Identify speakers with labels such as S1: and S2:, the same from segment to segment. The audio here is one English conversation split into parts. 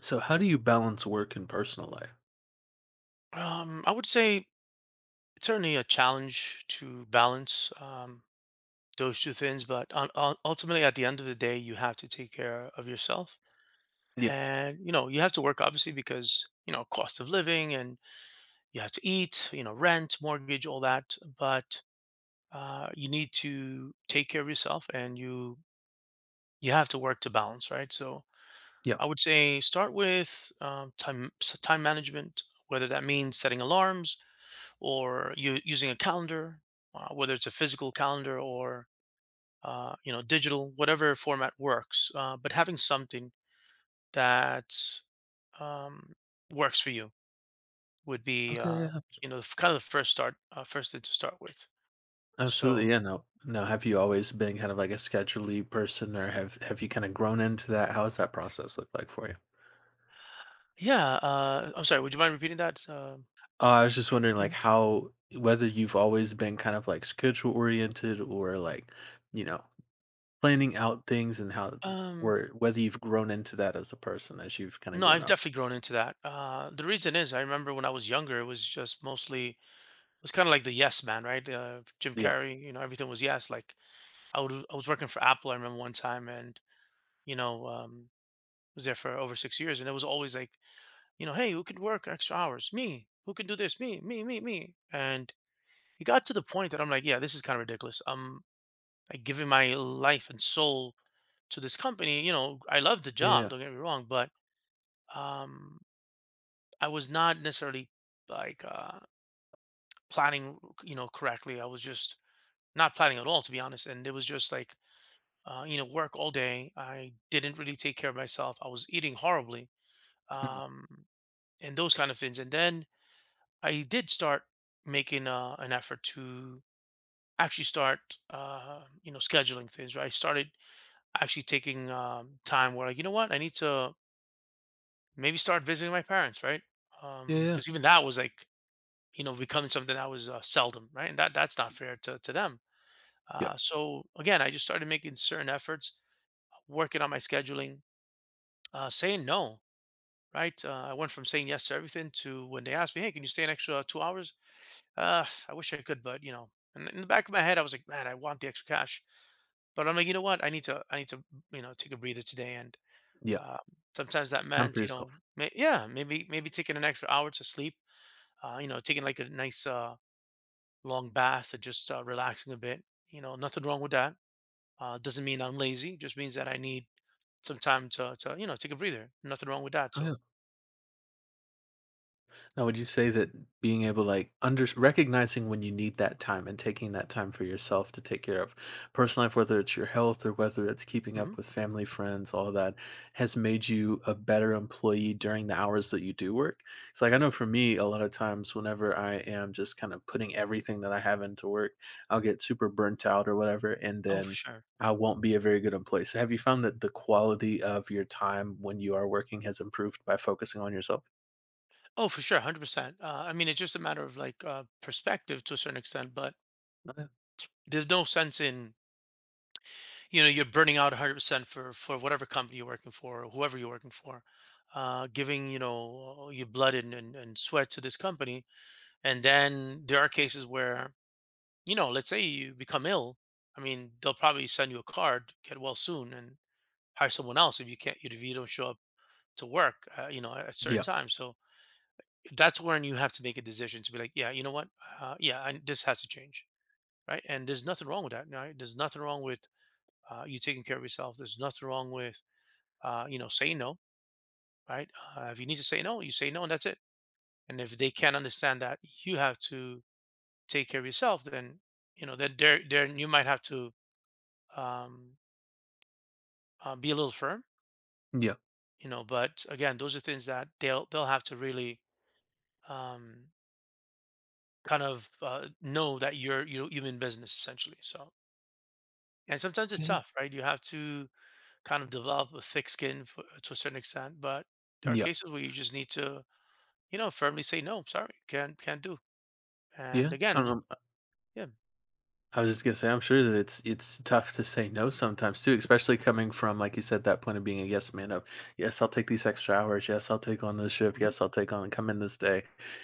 S1: So how do you balance work and personal life?
S2: I would say it's certainly a challenge to balance those two things, but ultimately, at the end of the day, you have to take care of yourself,
S1: Yeah.
S2: and you know you have to work obviously because you know cost of living, and you have to eat, you know, rent, mortgage, all that. But you need to take care of yourself, and you have to work to balance, right? So
S1: Yeah.
S2: I would say start with time management, whether that means setting alarms or you using a calendar, whether it's a physical calendar or you know digital, whatever format works. But having something that um, works for you would be
S1: Okay. Yeah.
S2: you know kind of the first start, first thing to start with.
S1: Absolutely.
S2: So
S1: Yeah. No. No. Have you always been kind of like a scheduley person, or have you kind of grown into that? How has that process looked like for you?
S2: yeah, I'm sorry. Would you mind repeating that?
S1: I was just wondering, like,
S2: Mhm.
S1: how whether you've always been kind of like schedule oriented, or like, you know, planning out things, and how
S2: um,
S1: or whether you've grown into that as a person as you've kind of
S2: no,
S1: grown
S2: I've
S1: up.
S2: definitely grown into that. The reason is I remember when I was younger, it was just mostly it was kind of like the yes man, right? Jim
S1: Yeah.
S2: Carrey, you know, everything was yes, like I was working for Apple, I remember one time and, you know, was there for over 6 years and it was always like, you know, "Hey, who could work extra hours? Me. Who can do this? Me, me, me, me." And it got to the point that I'm like, "Yeah, this is kind of ridiculous. I'm like giving my life and soul to this company." You know, I love the
S1: Yeah.
S2: job,
S1: Yeah.
S2: don't get me wrong, but um I was not necessarily like planning, you know, correctly. I was just not planning at all to be honest, and it was just like you know, work all day. I didn't really take care of myself. I was eating horribly,
S1: Mhm.
S2: um, and those kind of things. And then I did start making an effort to actually start, you know, scheduling things. Right, I started actually taking time where, like, you know what, I need to maybe start visiting my parents, right?
S1: Yeah. Yeah.
S2: Because even that was like, you know, becoming something that was seldom, right? And that's not fair to them.
S1: Yep.
S2: So again, I just started making certain efforts, working on my scheduling, saying no, right? I went from saying yes to everything to when they asked me, "Hey, can you stay an extra 2 hours?" I wish I could, but you know, and in the back of my head, I was like, "Man, I want the extra cash," but I'm like, you know what? I need to, you know, take a breather today. And
S1: Yeah.
S2: uh, sometimes that
S1: Time for
S2: meant, you know,
S1: yourself.
S2: yeah, maybe taking an extra hour to sleep. You know, taking like a nice long bath and just relaxing a bit. You know, nothing wrong with that. Doesn't mean I'm lazy. Just means that I need some time to you know take a breather. Nothing wrong with that.
S1: Oh, yeah.
S2: So
S1: Now, would you say that being able, like, under recognizing when you need that time and taking that time for yourself to take care of personal life, whether it's your health or whether it's keeping
S2: hmm.
S1: up with family, friends, all that, has made you a better employee during the hours that you do work? It's like I know for me, a lot of times whenever I am just kind of putting everything that I have into work, I'll get super burnt out or whatever, and
S2: oh for
S1: then
S2: sure,
S1: I won't be a very good employee. So, have you found that the quality of your time when you are working has improved by focusing on yourself?
S2: oh for sure, 100%. I mean, it's just a matter of like perspective to a certain extent, but
S1: Uh,
S2: there's no sense in you know you're burning out 100% for whatever company you're working for, or whoever you're working for, giving you know your blood and, and sweat to this company. And then there are cases where, you know, let's say you become ill. I mean, they'll probably send you a card, get well soon, and hire someone else if you can't, if you don't show up to work, you know, at certain
S1: Yeah.
S2: times. So that's when you have to make a decision to be like, yeah, you know what? This has to change. Right. And there's nothing wrong with that. Right. There's nothing wrong with you taking care of yourself. There's nothing wrong with, you know, saying no. Right. If you need to say no, you say no, and that's it. And if they can't understand that, you have to take care of yourself, then you know then there you might have to um, be a little firm,
S1: Yeah.
S2: you know. But again, those are things that they'll have to really um, kind of know that you're you know you're in business essentially. So and sometimes
S1: Yeah,
S2: it's
S1: yeah.
S2: tough, right? You have to kind of develop a thick skin to a certain extent, but there are
S1: Yeah.
S2: cases where you just need to you know firmly say no, sorry, can't do.
S1: Yeah,
S2: And
S1: and,
S2: again, yeah,
S1: I was just gonna say, I'm sure that it's tough to say no sometimes too, especially coming from, like you said, that point of being a yes man of, "Yes, I'll take these extra hours. Yes, I'll take on this shift.
S2: mhm.
S1: Yes, I'll take on come in this day."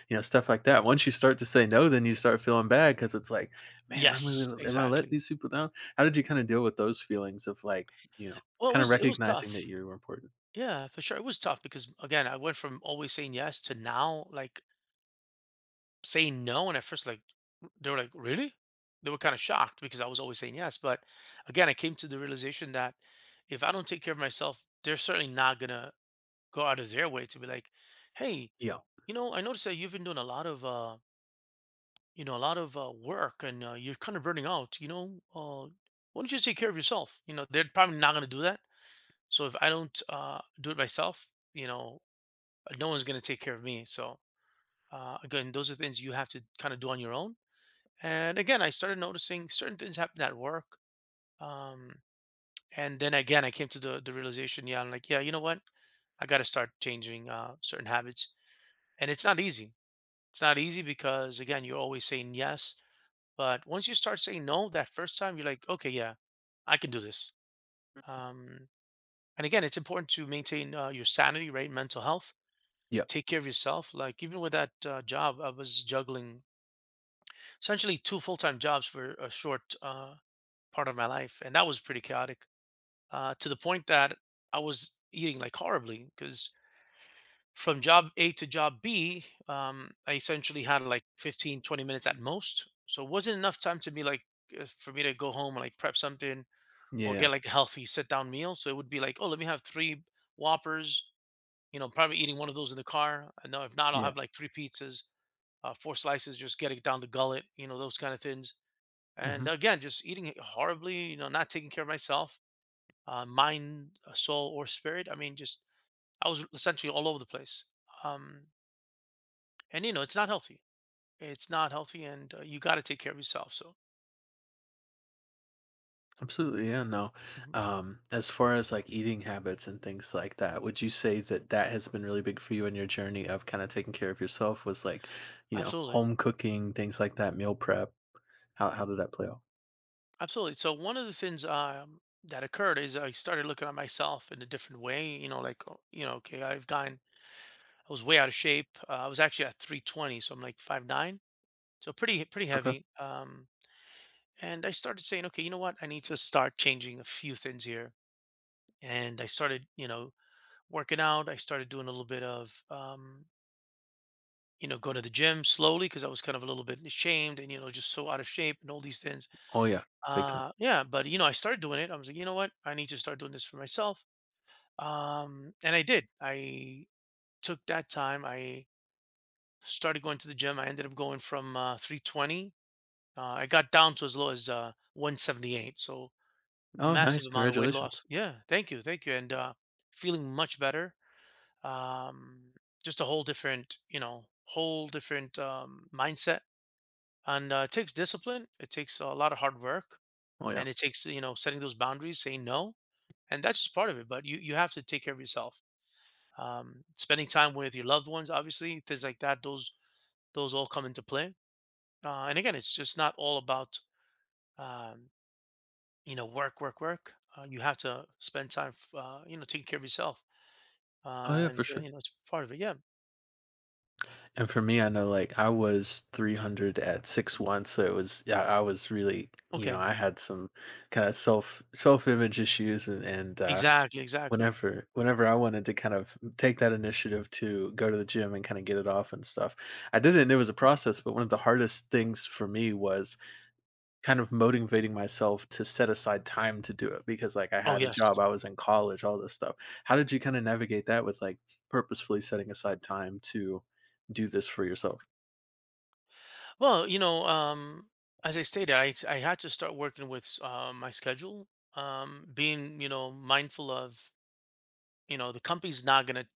S1: You know, stuff like that. Once you start to say no, then you start feeling bad because it's like, "Man, I'm really,
S2: Yes,
S1: really, am I let
S2: exactly.
S1: these people down?" How did you kinda deal with those feelings of, like, you know,
S2: Well, it
S1: kinda
S2: was it was
S1: recognizing that
S2: tough.
S1: you were important?
S2: Yeah, for sure. It was tough because again, I went from always saying yes to now like saying no. And at first, like they were like, "Really?" They were kind of shocked because I was always saying yes. But again, I came to the realization that if I don't take care of myself, they're certainly not gonna go out of their way to be like, "Hey,
S1: Yeah.
S2: you know, I noticed that you've been doing a lot of you know a lot of work and you're kind of burning out you know, why don't you take care of yourself, you know they're probably not going to do that, so if I don't do it myself, you know no one's going to take care of me, so again those are things you have to kind of do on your own. And again I started noticing certain things happen at work, um, and then again I came to the realization, yeah, I'm like yeah you know what, I got to start changing certain habits. And it's not easy. It's not easy because, again, you're always saying yes. But once you start saying no that first time, you're like, okay, yeah, I can do this. Um, and again, it's important to maintain your sanity, right? Mental health.
S1: Yeah.
S2: Take care of yourself. Like even with that job, I was juggling essentially two full time jobs for a short part of my life, and that was pretty chaotic to the point that I was eating like horribly because from job A to job B, I essentially had like 15, 20 minutes at most. So it wasn't enough time to be like for me to go home and like prep something or
S1: Yeah.
S2: get like a healthy sit down meal. So it would be like, oh, let me have three Whoppers. You know, probably eating one of those in the car. I know if not, I'll
S1: Yeah.
S2: have like three pizzas, four slices, just get it down the gullet. You know, those kind of things. And
S1: Mhm.
S2: again, just eating it horribly. You know, not taking care of myself, mind, soul, or spirit. I mean, just I was essentially all over the place. Um, and you know, it's not healthy. It's not healthy, and you got to take care of yourself. So,
S1: Absolutely, yeah, no.
S2: mhm.
S1: As far as like eating habits and things like that, would you say that that has been really big for you in your journey of kind of taking care of yourself? Was like,
S2: Absolutely.
S1: home cooking, things like that, meal prep. How did that play out?
S2: So one of the things that occurred is I started looking at myself in a different way. You know, like oh, you know, okay, I was way out of shape. I was actually at 320, so I'm like 5'9", so pretty
S1: Okay.
S2: heavy. And I started saying, okay, you know what? I need to start changing a few things here. And I started, you know, working out. I started doing a little bit of, you know, going to the gym slowly because I was kind of a little bit ashamed and you know just so out of shape and all these things.
S1: Oh yeah, big time.
S2: Yeah, but you know, I started doing it. I was like, you know what? I need to start doing this for myself. And I did. I took that time. I started going to the gym. I ended up going from 320. I got down to as low as 178. So
S1: Oh
S2: massive
S1: nice,
S2: amount of weight loss.
S1: congratulations.
S2: Yeah, thank you, and feeling much better. Um, just a whole different, you know, whole different mindset. And it takes discipline. It takes a lot of hard work,
S1: Oh yeah.
S2: and it takes you know setting those boundaries, saying no, and that's just part of it. But you have to take care of yourself. Um, spending time with your loved ones, obviously, things like that. Those all come into play. And again, it's just not all about um, you know work, work. You have to spend time, you know, taking care of yourself,
S1: Oh
S2: uh,
S1: yeah, for
S2: and uh,
S1: sure.
S2: you know it's part of it. Yeah.
S1: And for me, I know like I was 300 at 6'1", so it was yeah, I was really,
S2: Okay.
S1: I had some kind of self image issues and
S2: Exactly.
S1: Whenever I wanted to kind of take that initiative to go to the gym and kinda get it off and stuff, I did it and it was a process, but one of the hardest things for me was kind of motivating myself to set aside time to do it because, like, I
S2: Oh
S1: had a
S2: yes.
S1: job, I was in college, all this stuff. How did you kinda navigate that with, like, purposefully setting aside time to do this for yourself?
S2: Well, you know, as I stated, I had to start working with my schedule, being mindful of, you know, the company's not gonna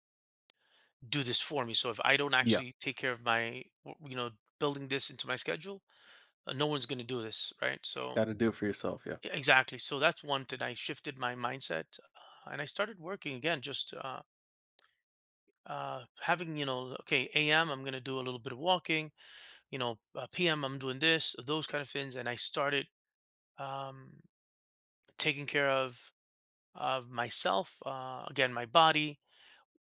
S2: do this for me. So if I don't
S1: Yeah,
S2: actually take care of my, building this into my schedule, no one's going to do this, right? So
S1: gotta do it for yourself, yeah.
S2: exactly. So that's one thing. I shifted my mindset, and I started working again. Just having, you know, okay, AM, I'm going to do a little bit of walking. You know, PM, I'm doing this, those kind of things. And I started, um, taking care of myself, again, my body.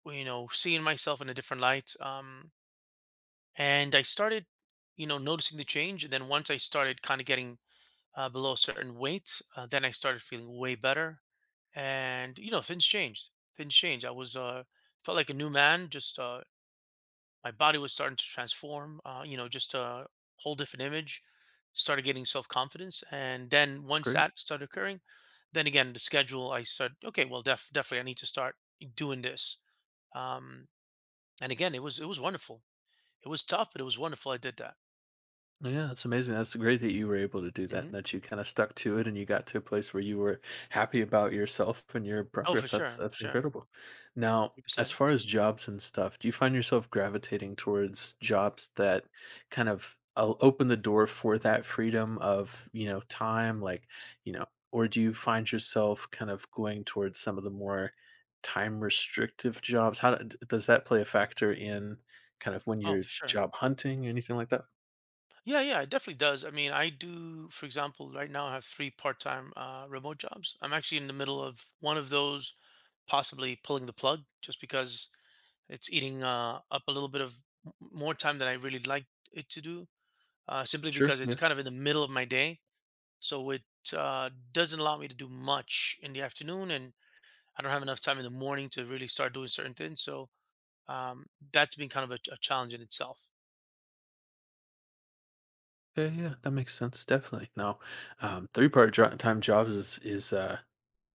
S2: You know, seeing myself in a different light. And I started, you know, noticing the change. And then once I started kind of getting, below a certain weight, then I started feeling way better. And you know, things changed. Things changed. I was, felt like a new man. Just my body was starting to transform. You know, just a whole different image. Started getting self confidence, and then once
S1: Great.
S2: that started occurring, then again the schedule. I said, okay, well, definitely, I need to start doing this. Um, and again, it was wonderful. It was tough, but it was wonderful. I did that.
S1: No, yeah, that's amazing. That's great that you were able to do that and
S2: Mhm.
S1: that you kind of stuck to it and you got to a place where you were happy about yourself and your
S2: Oh,
S1: progress. That's
S2: for
S1: that's
S2: sure,
S1: incredible. Now, as
S2: 100%.
S1: far as jobs and stuff, do you find yourself gravitating towards jobs that kind of open the door for that freedom of, time like, or do you find yourself kind of going towards some of the more time restrictive jobs? How does that play a factor in kind of when
S2: Oh,
S1: you're
S2: for sure.
S1: job hunting or anything like that?
S2: Yeah, yeah, it definitely does. I mean, I do, for example, right now I have three part-time remote jobs. I'm actually in the middle of one of those, possibly pulling the plug, just because it's eating up a little bit of more time than I really like it to do. Simply
S1: Sure.
S2: because it's
S1: Yeah.
S2: kind of in the middle of my day, so it, doesn't allow me to do much in the afternoon, and I don't have enough time in the morning to really start doing certain things. So, um, that's been kind of a challenge in itself.
S1: Yeah, yeah, that makes sense. Definitely. No, three part time jobs is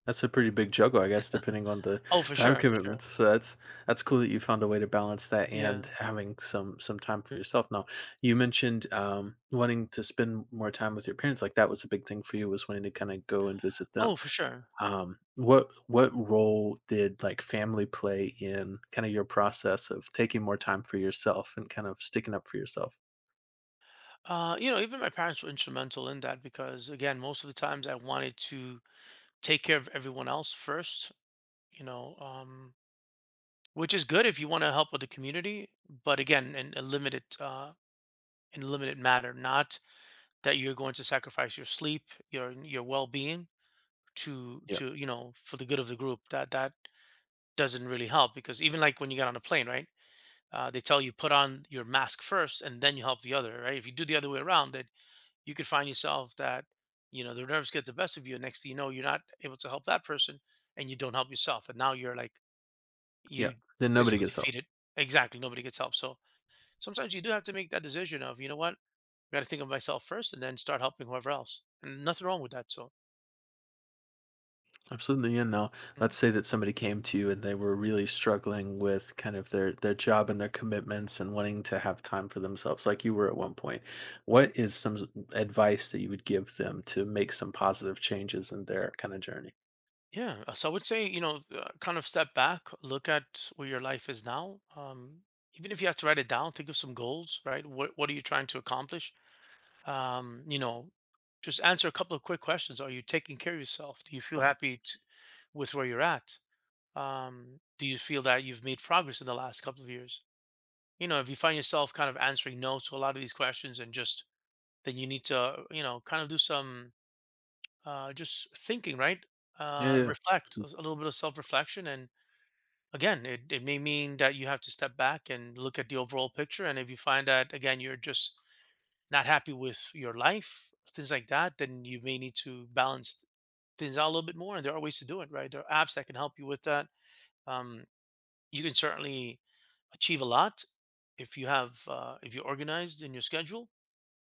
S1: that's a pretty big juggle, I guess, depending on the
S2: Oh, for
S1: time
S2: sure, for sure.
S1: commitments. So that's cool that you found a way to balance that and
S2: Yeah.
S1: having some time for yourself. Now, you mentioned wanting to spend more time with your parents. Like that was a big thing for you was wanting to kind of go and visit them.
S2: Oh, for sure.
S1: What role did like family play in kind of your process of taking more time for yourself and kind of sticking up for yourself?
S2: You know, even my parents were instrumental in that because, again, most of the times I wanted to take care of everyone else first, you know, which is good if you want to help with the community, but again, in a limited matter, not that you're going to sacrifice your sleep, your well-being to
S1: Yeah,
S2: to you know for the good of the group. That doesn't really help because even like when you get on a plane, right? They tell you put on your mask first and then you help the other, right? If you do the other way around, you could find yourself that you know the nerves get the best of you and next thing you know you're not able to help that person and you don't help yourself and now you're like
S1: yeah.
S2: you
S1: Then nobody
S2: basically
S1: gets help.
S2: defeated exactly nobody gets help so sometimes you do have to make that decision of you know what I got to think of myself first and then start helping whoever else and nothing wrong with that so.
S1: Absolutely. And now let's
S2: Mhm,
S1: say that somebody came to you and they were really struggling with kind of their job and their commitments and wanting to have time for themselves like you were at one point.
S2: mhm.
S1: What is some advice that you would give them to make some positive changes in their kind of journey?
S2: Yeah, so I would say you know, kind of step back look at where your life is now, even if you have to write it down think of some goals, right? What are you trying to accomplish, you know, just answer a couple of quick questions. Are you taking care of yourself? Do you feel happy with where you're at? Do you feel that you've made progress in the last couple of years? You know, if you find yourself kind of answering no to a lot of these questions and just then you need to, you know, kind of do some, just thinking, right?
S1: Yeah, yeah.
S2: Reflect a little bit of self reflection. And again, it may mean that you have to step back and look at the overall picture. And if you find that, again, you're just not happy with your life, things like that, then you may need to balance things out a little bit more. And there are ways to do it, right? There are apps that can help you with that. Um, you can certainly achieve a lot if you have, if you're organized in your schedule.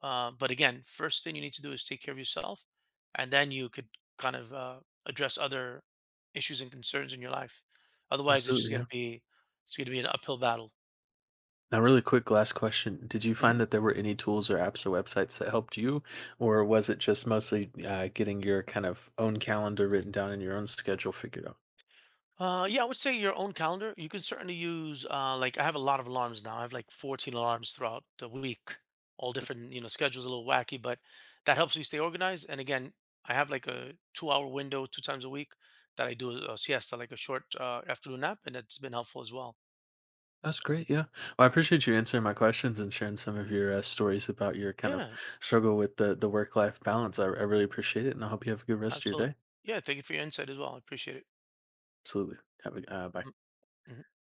S2: But again, first thing you need to do is take care of yourself, and then you could kind of, address other issues and concerns in your life. Otherwise, it's just
S1: Absolutely.
S2: going
S1: Yeah.
S2: to be an uphill battle.
S1: Now really quick last question. Did you
S2: Mhm.
S1: find that there were any tools or apps or websites that helped you or was it just mostly getting your kind of own calendar written down and your own schedule figured out?
S2: Yeah, I would say your own calendar. You can certainly use, like I have a lot of alarms now. I have like 14 alarms throughout the week, all different, you know, schedules a little wacky, but that helps me stay organized. And again, I have like a two-hour window two times a week that I do a siesta, like a short afternoon nap, and that's been helpful as well.
S1: That's great. Yeah. Well, I appreciate you answering my questions and sharing some of your stories about your kind of
S2: Yeah,
S1: struggle with the work life balance. I really appreciate it. And I hope you have a good rest of your day.
S2: absolutely. Yeah, thank you for your insight as well. I appreciate it.
S1: Absolutely. Have bye.
S2: Mm, mhm.